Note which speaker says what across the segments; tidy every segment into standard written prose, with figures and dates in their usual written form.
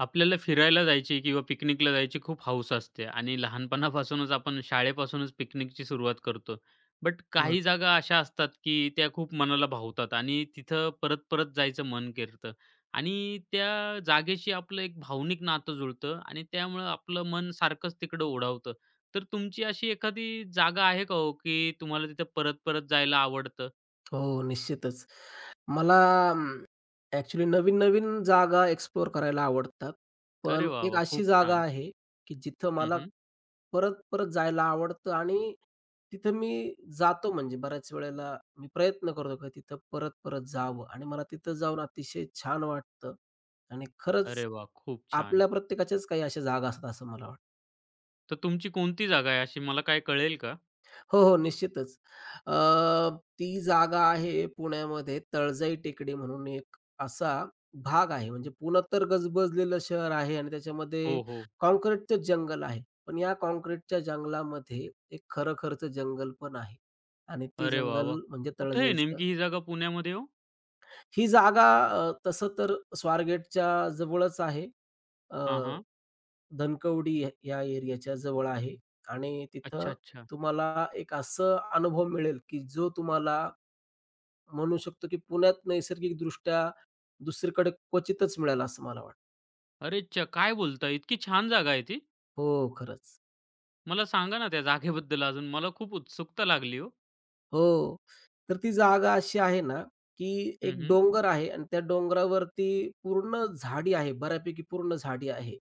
Speaker 1: आपल्याला फिरायला जायची किंवा पिकनिकला जायची खूप हौस असते आणि लहानपणापासूनच आपण शाळेपासूनच पिकनिकची सुरुवात करतो. बट
Speaker 2: बरं.
Speaker 1: काही जागा अशा असतात, की त्या खूप मनाला भावतात आणि तिथं परत-परत जायचं मन करतं आणि त्या जागेशी आपलं एक भावनिक नातं जुळतं आणि त्यामुळं आपलं मन सारखंच तिकडं ओढावतं. तर तुमची अशी एखादी जागा आहे का हो, की तुम्हाला तिथं परत-परत जायला आवडतं?
Speaker 2: हो, निश्चितच. मला अं, ॲक्चुअली नवीन-नवीन जागा एक्सप्लोअर करायला आवडतात.
Speaker 1: अरे
Speaker 2: पण
Speaker 1: वाह,
Speaker 2: एक
Speaker 1: वाह!
Speaker 2: अशी
Speaker 1: खूप
Speaker 2: जागा
Speaker 1: छान.
Speaker 2: आहे, की जिथं
Speaker 1: हं,
Speaker 2: मला
Speaker 1: हं.
Speaker 2: परत-परत जायला आवडतं आणि तिथं मी जातो म्हणजे बऱ्याच वेळेला मी प्रयत्न करतो की तिथं परत-परत जावं आणि मला तिथं जाऊन अतिशय छान वाटतं आणि खरंच
Speaker 1: अरे वाह! खूप छान.
Speaker 2: आपल्या प्रत्येकाच्याच काही अशा जागा असतात असं मला वाटतं.
Speaker 1: तर तुमची कोणती जागा आहे अशी मला काय कळेल का?
Speaker 2: हो, हो. निश्चितच. ती जागा आहे पुण्यामध्ये तळजाई टेकडी म्हणून एक असा भाग आहे. म्हणजे पुणं तर गजबजलेलं शहर आहे आणि त्याच्यामध्ये
Speaker 1: हो, हो.
Speaker 2: काँक्रीटचं जंगल आहे. पण या काँक्रीटच्या जंगलामध्ये एक खरं-खरंचं जंगल पण आहे आणि ते
Speaker 1: अरे वाह, वाह!
Speaker 2: जंगल म्हणजे
Speaker 1: कुठे आहे
Speaker 2: तळजाईचं.
Speaker 1: नेमकी ही जागा पुण्यामध्ये हो?
Speaker 2: ही जागा तसं तर स्वारगेटच्या जवळच आहे.
Speaker 1: हां, हां.
Speaker 2: धनकवडी या या एरियाच्या जवळ आहे आणि
Speaker 1: अच्छा,
Speaker 2: तिथं
Speaker 1: अच्छा.
Speaker 2: तुम्हाला एक असं अनुभव मिळेल, की जो तुम्हाला म्हणू शकतो, की पुण्यात नैसर्गिकदृष्ट्या दुसरीकडे क्वचितच मिळेल असं मला वाटतं.
Speaker 1: अरेच्चा! काय बोलता? इतकी छान जागा आहे ती?
Speaker 2: हो, खरंच.
Speaker 1: मला सांगा ना त्या जागेबद्दल अजून. मला खूप उत्सुकता लागली हो.
Speaker 2: हो. तर ती जागा अशी आहे ना, की
Speaker 1: हं,
Speaker 2: एक
Speaker 1: हं.
Speaker 2: डोंगर आहे आणि त्या डोंगरावरती पूर्ण झाडी आहे, बऱ्यापैकी पूर्ण झाडी आहे.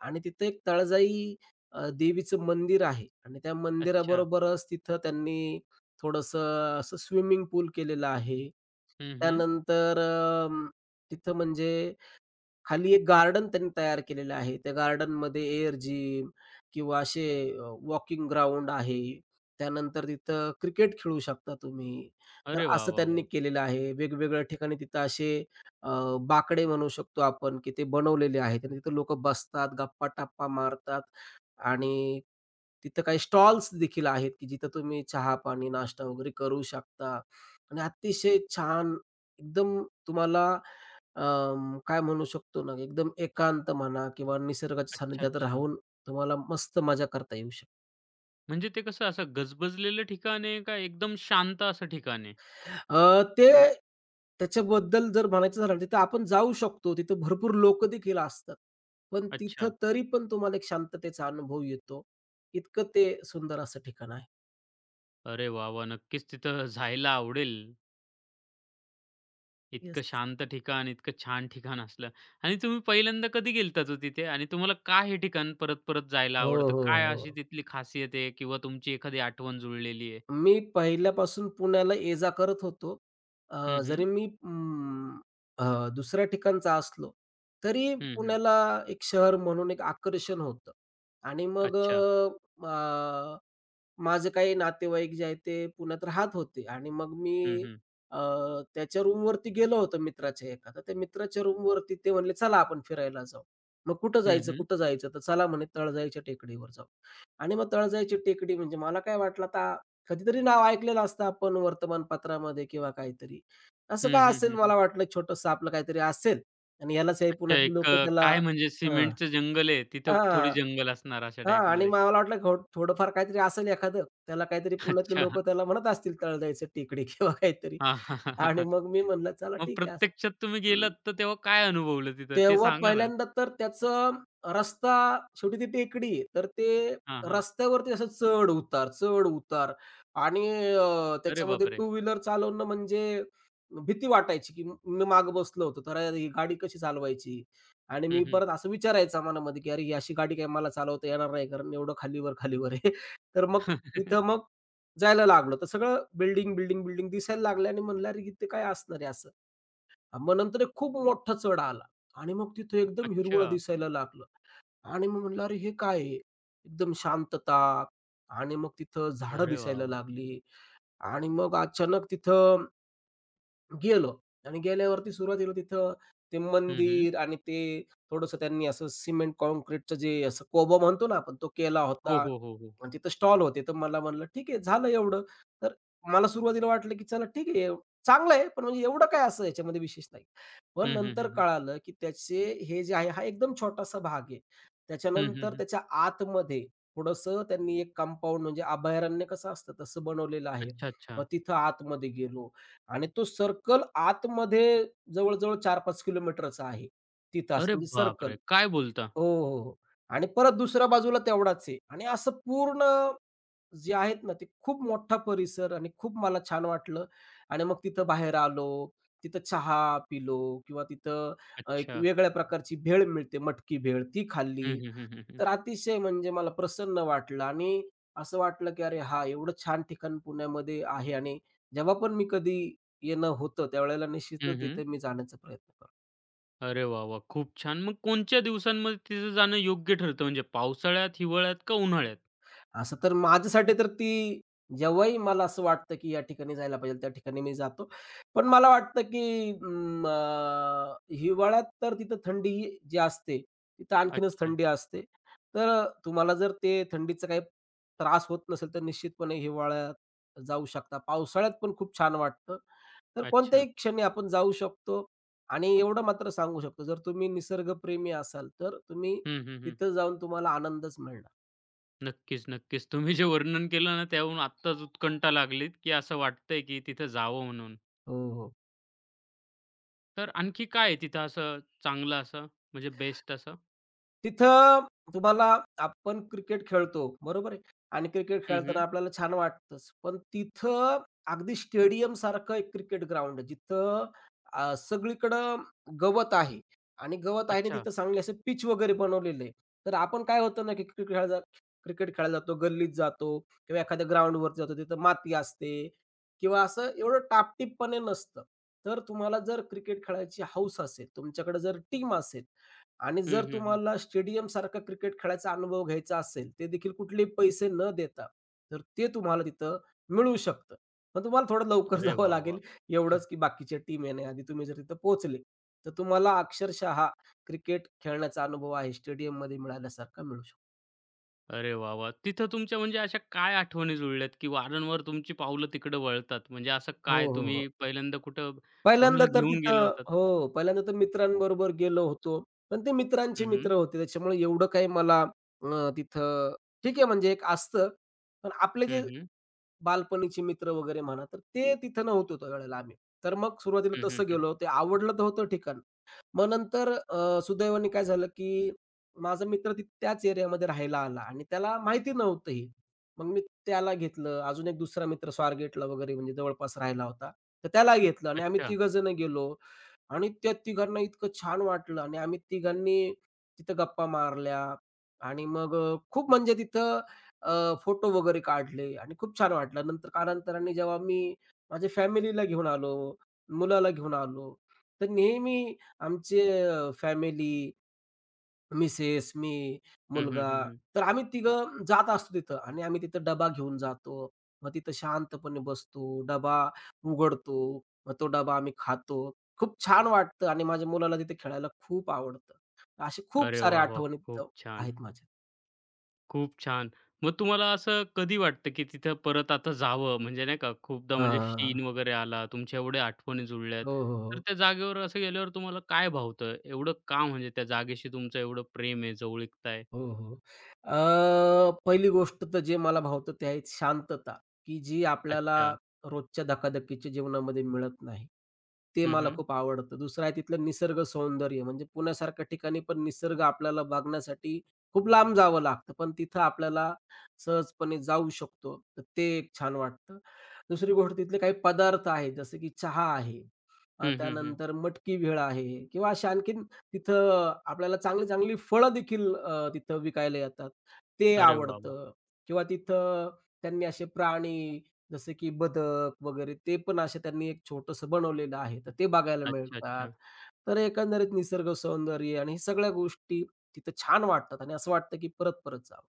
Speaker 2: आणि तिथं एक तळजाई देवीचं मंदिर आहे आणि त्या
Speaker 1: अच्छा.
Speaker 2: मंदिराबरोबरच तिथं त्यांनी थोडंसं असं स्विमिंग पूल केलेलं आहे.
Speaker 1: हं, हं.
Speaker 2: त्यानंतर तिथं म्हणजे खाली एक गार्डन त्यांनी तयार केलेलं आहे. त्या गार्डनमध्ये एअर जिम किंवा असे वॉकिंग ग्राउंड आहे. त्यानंतर तिथं क्रिकेट खेळू शकता तुम्ही. तर
Speaker 1: अरे वाह,
Speaker 2: असं
Speaker 1: वाह,
Speaker 2: त्यांनी
Speaker 1: वाह!
Speaker 2: केलेलं आहे. वेगवेगळ्या ठिकाणी तिथं असे अ, बाकडे म्हणू शकतो आपण, की ते बनवलेले आहेत आणि तिथं लोकं बसतात, गप्पा-टप्पा मारतात आणि तिथं काही स्टॉल्स देखील आहेत, की जिथं तुम्ही चहा-पाणी, नाश्ता वगैरे करू शकता आणि अतिशय छान एकदम तुम्हाला काय म्हणू शकतो ना, एकदम एकांत म्हणा किंवा निसर्गाच्या
Speaker 1: अच्छा,
Speaker 2: सानिध्यात
Speaker 1: अच्छा.
Speaker 2: राहून तुम्हाला मस्त मजा करता येऊ शकते.
Speaker 1: म्हणजे ते कसं असं गजबजलेलं ठिकाण आहे का एकदम शांत असं ठिकाण आहे?
Speaker 2: ते त्याच्याबद्दल जर म्हणायचं झालं, तिथं आपण जाऊ शकतो. तिथं भरपूर लोकदेखील असतात. पण तिथं
Speaker 1: अच्छा.
Speaker 2: तरी पण तुम्हाला एक शांततेचा अनुभव येतो. इतकं ते सुंदर असं ठिकाण आहे.
Speaker 1: अरे वाह, वाह! नक्कीच तिथं जायला आवडेल.
Speaker 2: येस.
Speaker 1: इतकं शांत ठिकाण, इतकं छान ठिकाण असलं आणि तुम्ही पहिल्यांदा कधी गेलतात हो तिथे? आणि तुम्हाला का हे ठिकाण परत-परत जायला
Speaker 2: हो,
Speaker 1: आवडतं?
Speaker 2: हो,
Speaker 1: काय अशी
Speaker 2: हो.
Speaker 1: तिथली खासियत आहे किंवा तुमची एखादी आठवण जुळलेली आहे?
Speaker 2: मी पहिल्यापासून पुण्याला ये-जा करत होतो. अ,
Speaker 1: हं,
Speaker 2: जरी
Speaker 1: हं.
Speaker 2: मी अं, अ, दुसऱ्या ठिकाणचा असलो, तरी
Speaker 1: हं, हं.
Speaker 2: पुण्याला एक शहर म्हणून एक आकर्षण होतं आणि मग
Speaker 1: अच्छा.
Speaker 2: अ, अ, माझे काही नातेवाईक जे आहेत ते पुण्यात राहत होते आणि मग
Speaker 1: हं,
Speaker 2: मी
Speaker 1: हं.
Speaker 2: अ, त्याच्या रूमवरती गेलो होतो मित्राच्या एका. तर त्या मित्राच्या रूमवरती ते म्हणले, "चला आपण फिरायला जाऊ." मग "कुठं
Speaker 1: हं,
Speaker 2: जायचं,
Speaker 1: हं.
Speaker 2: कुठं जायचं?" तर "चला" म्हणे, "तळजाईच्या टेकडीवर जाऊ." आणि मग तळजाईची टेकडी म्हणजे मला काय वाटलं आता कधीतरी नाव ऐकलेलं असतं आपण वर्तमानपत्रामध्ये किंवा काहीतरी. असं
Speaker 1: हं,
Speaker 2: का
Speaker 1: हं,
Speaker 2: असेल
Speaker 1: हं,
Speaker 2: मला वाटलं छोटंसं आपलं काहीतरी असेल आणि ह्यालाच हे
Speaker 1: अच्छा
Speaker 2: पुण्यातली
Speaker 1: एक
Speaker 2: लोकं त्याला
Speaker 1: काय म्हणजे
Speaker 2: हां.
Speaker 1: सिमेंटचं जंगल आहे, तिथं थोडी
Speaker 2: हां,
Speaker 1: जंगल असणार अशा
Speaker 2: हां आणि
Speaker 1: टाईपमध्ये.
Speaker 2: मला वाटलं थोडंफार काहीतरी असेल एखादं. त्याला काहीतरी पुण्यातली
Speaker 1: अच्छा.
Speaker 2: लोकं त्याला म्हणत असतील तळजाईचं टेकडी किंवा काहीतरी
Speaker 1: हां, हां, हां, हां,
Speaker 2: आणि
Speaker 1: हां.
Speaker 2: मग मी म्हणलं चला
Speaker 1: मग
Speaker 2: ठीक आहे असं.
Speaker 1: प्रत्यक्षात तुम्ही गेलात तर तेव्हा काय अनुभवलं तिथं ते
Speaker 2: तेव्हा
Speaker 1: सांगा ना?
Speaker 2: पहिल्यांदा तर त्याचं रस्ता शेवटी ती टेकडी आहे. तर ते
Speaker 1: हां, हां.
Speaker 2: रस्त्यावरती असं चढ-उतार, चढ-उतार आणि
Speaker 1: अरे
Speaker 2: त्याच्यामध्ये
Speaker 1: बापरे!
Speaker 2: टू व्हीलर चालवणं म्हणजे भीती वाटायची, की मी माग बसलो होतो, तर अरे, ही गाडी कशी चालवायची? आणि
Speaker 1: हं,
Speaker 2: मी
Speaker 1: हं.
Speaker 2: परत असं विचारायचा मनामध्ये, की अरे, ही अशी गाडी काय मला चालवता येणार नाही, कारण एवढं खालीवर, खालीवर आहे. तर मग तिथं मग जायला लागलो. तर सगळं बिल्डिंग, बिल्डिंग, बिल्डिंग दिसायला लागलं आणि म्हणलं, "अरे, इथे काय असणार आहे असं?" मग नंतर एक खूप मोठा चढ आला आणि मग तिथं एकदम हिरवळ
Speaker 1: अच्छा.
Speaker 2: दिसायला लागलं आणि मग म्हणलं अरे हे काय आहे? एकदम शांतता आणि मग तिथं झाडं
Speaker 1: अरे वाह,
Speaker 2: दिसायला
Speaker 1: वाह!
Speaker 2: लागली आणि मग अचानक तिथं गेलो आणि गेल्यावरती सुरुवातीला तिथं ते
Speaker 1: हं, हं.
Speaker 2: मंदिर आणि ते थोडंसं त्यांनी असं सिमेंट काँक्रीटचं जे असं कोबा म्हणतो ना आपण तो केला होता
Speaker 1: हो, हो, हो, हो.
Speaker 2: आणि तिथं स्टॉल होते. तर मला म्हणलं, "ठीक आहे, झालं एवढं." तर मला सुरुवातीला वाटलं, की चला ठीक आहे, चांगलं आहे, पण म्हणजे एवढं काय असं याच्यामध्ये विशेष नाही. पण
Speaker 1: हं, हं, हं,
Speaker 2: नंतर
Speaker 1: हं.
Speaker 2: कळालं, की त्याचे हे जे आहे हा एकदम छोटासा भाग आहे.
Speaker 1: हं, हं,
Speaker 2: त्याच्यानंतर
Speaker 1: हं.
Speaker 2: त्याच्या आतमध्ये थोडंसं त्यांनी एक कंपाउंड म्हणजे अभयारण्य कसं असतं तसं बनवलेलं आहे.
Speaker 1: अच्छा, अच्छा.
Speaker 2: मग तिथं आतमध्ये गेलो. आणि तो सर्कल आतमध्ये जवळ-जवळ 4-5 किलोमीटरचा आहे. तिथं असं
Speaker 1: अरे
Speaker 2: म्हणजे सर्कल.
Speaker 1: बापरे! काय बोलता?
Speaker 2: हो, हो, हो. आणि परत दुसऱ्या बाजूला तेवढाच आहे. आणि असं पूर्ण जे आहेत ना, ते खूप मोठा परिसर आणि खूप मला छान वाटलं. आणि मग तिथं बाहेर आलो, तिथं चहा पिलो किंवा तिथं एक
Speaker 1: अच्छा.
Speaker 2: वेगळ्या प्रकारची भेळ मिळते, मटकी भेळ ती खाल्ली.
Speaker 1: हं, हं, हं, हं, हं.
Speaker 2: तर अतिशय म्हणजे मला प्रसन्न वाटलं आणि असं वाटलं की अरे हां, एवढं छान ठिकाण पुण्यामध्ये आहे आणि जेव्हा पण मी कधी येणं होतं त्यावेळेला
Speaker 1: हं,
Speaker 2: निश्चितच
Speaker 1: हं.
Speaker 2: तिथे मी जाण्याचा प्रयत्न करतो.
Speaker 1: अरे वाह, वाह! खूप छान. मग कोणत्या दिवसांमध्ये तिथं जाणं योग्य ठरतं? म्हणजे पावसाळ्यात, हिवाळ्यात का उन्हाळ्यात?
Speaker 2: असं तर माझ्यासाठी तर ती जेव्हाही मला असं वाटतं, की या ठिकाणी जायला पाहिजे, त्या ठिकाणी मी जातो. पण मला वाटतं, की हिवाळ्यात तर तिथं थंडी ही जी असते, तिथं आणखीनच
Speaker 1: अच्छा,
Speaker 2: थंडी असते. तर तुम्हाला जर ते थंडीचा काही त्रास होत नसेल, तर निश्चितपणे हिवाळ्यात जाऊ शकता. पावसाळ्यात पण खूप छान वाटतं. तर
Speaker 1: अच्छा.
Speaker 2: कोणत्याही क्षणी आपण जाऊ शकतो आणि एवढं मात्र सांगू शकतो, जर तुम्ही निसर्गप्रेमी असाल, तर तुम्ही
Speaker 1: हं, हं, हं.
Speaker 2: तिथं जाऊन तुम्हाला आनंदच मिळणार.
Speaker 1: नक्कीच, नक्कीच. तुम्ही जे वर्णन केलं ना, त्याहून आत्ताच उत्कंठा लागलीत, की असं वाटतंय, की तिथं जावं म्हणून.
Speaker 2: हो, हो.
Speaker 1: तर आणखी काय आहे तिथं असं चांगलं असं म्हणजे बेस्ट असं?
Speaker 2: तिथं तुम्हाला आपण क्रिकेट खेळतो, बरोबर आहे? आणि क्रिकेट
Speaker 1: हं,
Speaker 2: खेळताना
Speaker 1: हं.
Speaker 2: आपल्याला छान वाटतंच. पण तिथं अगदी स्टेडियमसारखं एक क्रिकेट ग्राउंड आहे, जिथं सगळीकडं गवत आहे आणि गवत आहे आणि
Speaker 1: अच्छा.
Speaker 2: तिथं चांगले असे पिच वगैरे बनवलेले आहे. तर आपण काय होतं ना, की क्रिकेट खेळायला जातो, गल्लीत जातो किंवा एखाद्या ग्राउंडवरती जातो, तिथं माती असते किंवा असं एवढं टापटीपपणे नसतं. तर तुम्हाला जर क्रिकेट खेळायची हौस असेल, तुमच्याकडे जर टीम असेल आणि
Speaker 1: हं,
Speaker 2: जर
Speaker 1: हं, हं.
Speaker 2: तुम्हाला स्टेडियम सारखा क्रिकेट खेळायचा अनुभव घ्यायचा असेल, ते देखील कुठलेही पैसे न देता, तर ते तुम्हाला तिथं मिळू शकतं. पण तुम्हाला थोडं लवकर
Speaker 1: अरे
Speaker 2: जावं
Speaker 1: वाह, वाह!
Speaker 2: लागेल एवढंच, की बाकीच्या टीम येण्याआधी तुम्ही जर तिथं पोहोचले, तर तुम्हाला अक्षरशः क्रिकेट खेळण्याचा अनुभव आहे स्टेडियममध्ये मिळाल्यासारखा मिळू शकतो.
Speaker 1: अरे वाह, वाह! तिथं तुमच्या म्हणजे अशा काय आठवणी जुळल्यात, की वारंवार तुमची पावलं तिकडं वळतात? म्हणजे असं
Speaker 2: हो,
Speaker 1: काय
Speaker 2: हो,
Speaker 1: तुम्ही
Speaker 2: हो.
Speaker 1: पहिल्यांदा कुठं
Speaker 2: पहिल्यांदा
Speaker 1: कोणाला
Speaker 2: तर
Speaker 1: घेऊन गेला
Speaker 2: तिथं
Speaker 1: होतात?
Speaker 2: हो, पहिल्यांदा तर मित्रांबरोबर गेलो होतो. पण ते मित्रांचे
Speaker 1: हं, हं.
Speaker 2: मित्र होते त्याच्यामुळे एवढं काही मला तिथं ठीक आहे म्हणजे एक असतं. पण आपले जे
Speaker 1: हं, हं.
Speaker 2: बालपणीचे मित्र वगैरे म्हणा, तर ते तिथं नव्हतो त्यावेळेला आम्ही. तर मग सुरुवातीला
Speaker 1: हं,
Speaker 2: तसं गेलो. ते आवडलं तर होतं ठिकाण. मग नंतर सुदैवाने काय झालं, की माझा मित्र त्याच एरियामध्ये राहायला आला आणि त्याला माहिती नव्हतं हे. मग मी त्याला घेतलं. अजून एक दुसरा मित्र स्वारगेटला वगैरे म्हणजे जवळपास राहायला होता. तर त्याला घेतलं आणि आम्ही
Speaker 1: अच्छा.
Speaker 2: तिघं जण गेलो. आणि त्या तिघांना इतकं छान वाटलं आणि आम्ही तिघांनी तिथं गप्पा मारल्या आणि मग खूप म्हणजे तिथं फोटो वगैरे काढले आणि खूप छान वाटलं. नंतर कालांतराने जेव्हा मी माझ्या फॅमिलीला घेऊन आलो, मुलाला घेऊन आलो, तर नेहमी आमचे फॅमिली मिसेस, मी,
Speaker 1: हं, हं,
Speaker 2: मुलगा
Speaker 1: हं, हं.
Speaker 2: तर आम्ही तिघं जात असतो तिथं आणि आम्ही तिथं डबा घेऊन जातो. मग तिथं शांतपणे बसतो, डबा उघडतो, मग तो डबा आम्ही खातो. खूप छान वाटतं आणि माझ्या मुलाला तिथे खेळायला खूप आवडतं. अशा खूप
Speaker 1: अरे
Speaker 2: सारे
Speaker 1: वाह, वाह!
Speaker 2: आठवणी
Speaker 1: खूप
Speaker 2: तिथं
Speaker 1: छान,
Speaker 2: आहेत माझ्या.
Speaker 1: खूप छान. मग तुम्हाला असं कधी वाटतं, की तिथं परत आता जावं? म्हणजे नाही का खूपदा म्हणजे
Speaker 2: हां,
Speaker 1: शीण वगैरे आला, तुमच्या एवढ्या आठवणी जुळल्यात,
Speaker 2: हो, हो,
Speaker 1: तर
Speaker 2: हो.
Speaker 1: त्या जागेवर असं गेल्यावर तुम्हाला काय भावतं? एवढं का म्हणजे त्या जागेशी तुमचं एवढं प्रेम आहे, जवळीकता आहे?
Speaker 2: हो, हो. पहिली गोष्ट तर जे मला भावतं ते आहे शांतता, की जी आपल्याला
Speaker 1: अच्छा.
Speaker 2: रोजच्या धकाधकीच्या जीवनामध्ये मिळत नाही. ते मला
Speaker 1: हं,
Speaker 2: खूप आवडतं. दुसरं आहे तिथलं निसर्ग सौंदर्य म्हणजे पुण्यासारख्या ठिकाणी पण निसर्ग आपल्याला बघण्यासाठी खूप लांब जावं लागतं, पण तिथं आपल्याला सहजपणे जाऊ शकतो. तर ते एक छान वाटतं. दुसरी गोष्ट तिथले काही पदार्थ आहेत जसं की चहा आहे.
Speaker 1: हं, हं, हं.
Speaker 2: त्यानंतर मटकी भेळ आहे किंवा अशा आणखीन तिथं आपल्याला चांगली, चांगली फळं देखील तिथं विकायला येतात. ते
Speaker 1: अरे वाह, वाह!
Speaker 2: आवडतं किंवा तिथं त्यांनी असे प्राणी जसे की बदक वगैरे ते पण असे त्यांनी एक छोटंसं बनवलेलं आहे. तर ते बघायला
Speaker 1: अच्छा,
Speaker 2: मिळतात.
Speaker 1: अच्छा.
Speaker 2: तर एकंदरीत निसर्ग सौंदर्य आणि हे सगळ्या गोष्टी तिथं छान वाटतात आणि असं वाटतं की परत-परत जावं.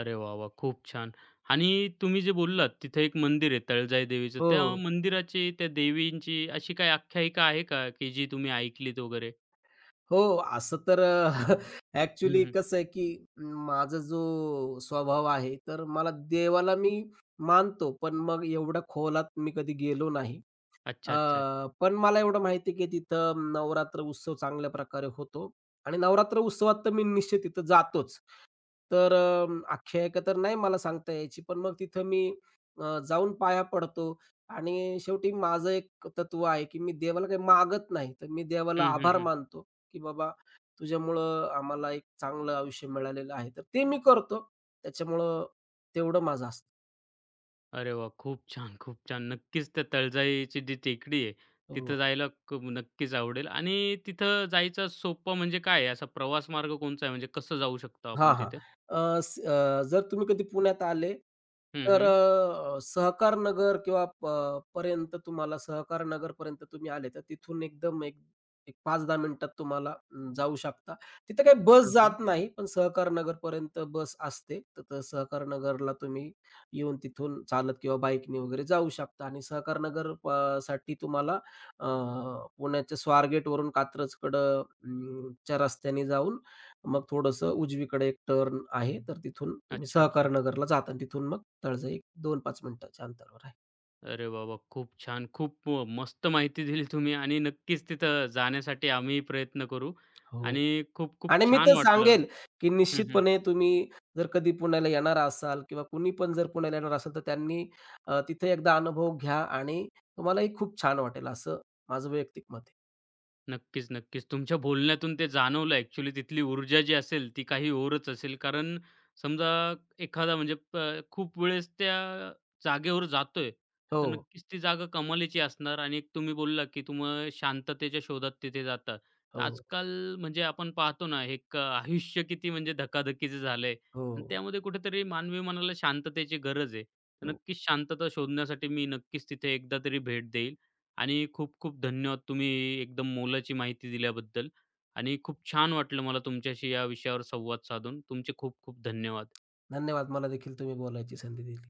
Speaker 1: अरे वाह, वाह! खूप छान. आणि तुम्ही जे बोललात तिथे एक मंदिर आहे तळजाई देवीचं. त्या
Speaker 2: हो.
Speaker 1: मंदिराची, त्या देवींची अशी काही आख्यायिका आहे का, की जी तुम्ही ऐकलीत वगैरे?
Speaker 2: हो, असं तर
Speaker 1: हं,
Speaker 2: ॲक्चुअली
Speaker 1: हं.
Speaker 2: कसं आहे, की माझा जो स्वभाव आहे, तर मला देवाला मी मानतो, पण मग एवढ्या खोलात मी कधी गेलो नाही. अ,
Speaker 1: अच्छा, अच्छा, अच्छा.
Speaker 2: पण मला एवढं माहिती आहे, की तिथं नवरात्र उत्सव चांगल्या प्रकारे होतो आणि नवरात्र उत्सवात तर मी निश्चित तिथं जातोच. तर आख्यायिका तर नाही मला सांगता यायची, पण मग तिथं मी जाऊन पाया पडतो आणि शेवटी माझं एक तत्व आहे, की मी देवाला काही मागत नाही. तर मी देवाला
Speaker 1: हं, हं,
Speaker 2: आभार
Speaker 1: हं.
Speaker 2: मानतो, की "बाबा, तुझ्यामुळं आम्हाला एक चांगलं आयुष्य मिळालेलं आहे." तर ते मी करतो. त्याच्यामुळं तेवढं माझं असतं.
Speaker 1: अरे वाह! खूप छान, खूप छान. नक्कीच त्या तळजाईची जी टेकडी आहे, तिथं
Speaker 2: हो.
Speaker 1: जायला नक्कीच आवडेल. आणि तिथं जायचा सोपा म्हणजे काय आहे? असा प्रवास मार्ग कोणचा आहे? म्हणजे कसं जाऊ शकतो
Speaker 2: हां,
Speaker 1: आपण
Speaker 2: हां.
Speaker 1: तिथे?
Speaker 2: जर तुम्ही कधी पुण्यात आले,
Speaker 1: हं,
Speaker 2: तर
Speaker 1: हं.
Speaker 2: सहकार नगर किंवा पर्यंत तुम्हाला सहकार नगरपर्यंत तुम्ही आले, तर तिथून एकदम एक एक 5-10 मिनिटात तुम्हाला जाऊ शकता. तिथं काही बस
Speaker 1: हां, हां.
Speaker 2: जात नाही, पण सहकार नगरपर्यंत बस असते. तर तर सहकार नगरला तुम्ही येऊन तिथून चालत किंवा बाईकने वगैरे जाऊ शकता आणि सहकार नगर साठी तुम्हाला अ, पुण्याच्या स्वारगेटवरून कात्रजकडं च्या रस्त्याने जाऊन मग थोडंसं उजवीकडे एक टर्न आहे, तर तिथून तुम्ही
Speaker 1: अच्छा, अच्छा.
Speaker 2: सहकारनगरला जाता आणि तिथून मग तळजाई एक दोन पाच मिनिटाच्या अंतरावर आहे.
Speaker 1: अरे बाबा, वाह! खूप छान. खूप मस्त माहिती दिली तुम्ही आणि नक्कीच तिथं जाण्यासाठी आम्हीही प्रयत्न करू
Speaker 2: हो.
Speaker 1: आणि खूप खूप
Speaker 2: आणि मी
Speaker 1: छान
Speaker 2: तर
Speaker 1: वाटलं.
Speaker 2: सांगेल, की
Speaker 1: हं, हं.
Speaker 2: निश्चितपणे तुम्ही जर कधी पुण्याला येणार असाल किंवा कुणी पण जर पुण्याला येणार असेल, तर त्यांनी तिथे एकदा अनुभव घ्या आणि तुम्हालाही खूप छान वाटेल, असं माझं वैयक्तिक मत आहे.
Speaker 1: नक्कीच, नक्कीच. तुमच्या बोलण्यातून ते जाणवलं ॲक्चुअली तिथली ऊर्जा जी असेल, ती काही और असेल. कारण समजा एखादा म्हणजे खूप वेळेस त्या जागेवर जातोय,
Speaker 2: हो,
Speaker 1: तर नक्कीच ती जागा कमालीची असणार आणि एक तुम्ही बोलला, की तुम्ही शांततेच्या शोधात तिथे जाता. तर
Speaker 2: हो,
Speaker 1: आजकाल म्हणजे आपण पाहतो ना, एक आयुष्य किती म्हणजे धकाधकीचं झालंय आणि
Speaker 2: हो,
Speaker 1: त्यामध्ये कुठेतरी मानवी मनाला शांततेची गरज आहे. तर
Speaker 2: हो.
Speaker 1: नक्कीच शांतता शोधण्यासाठी मी नक्कीच तिथे एकदा तरी भेट देईल. आणि खूप-खूप धन्यवाद तुम्ही एकदम मोलाची माहिती दिल्याबद्दल आणि खूप छान वाटलं मला तुमच्याशी या विषयावर संवाद साधून. तुमचे खूप-खूप धन्यवाद.
Speaker 2: धन्यवाद. मला देखील तुम्ही बोलायची संधी दिली.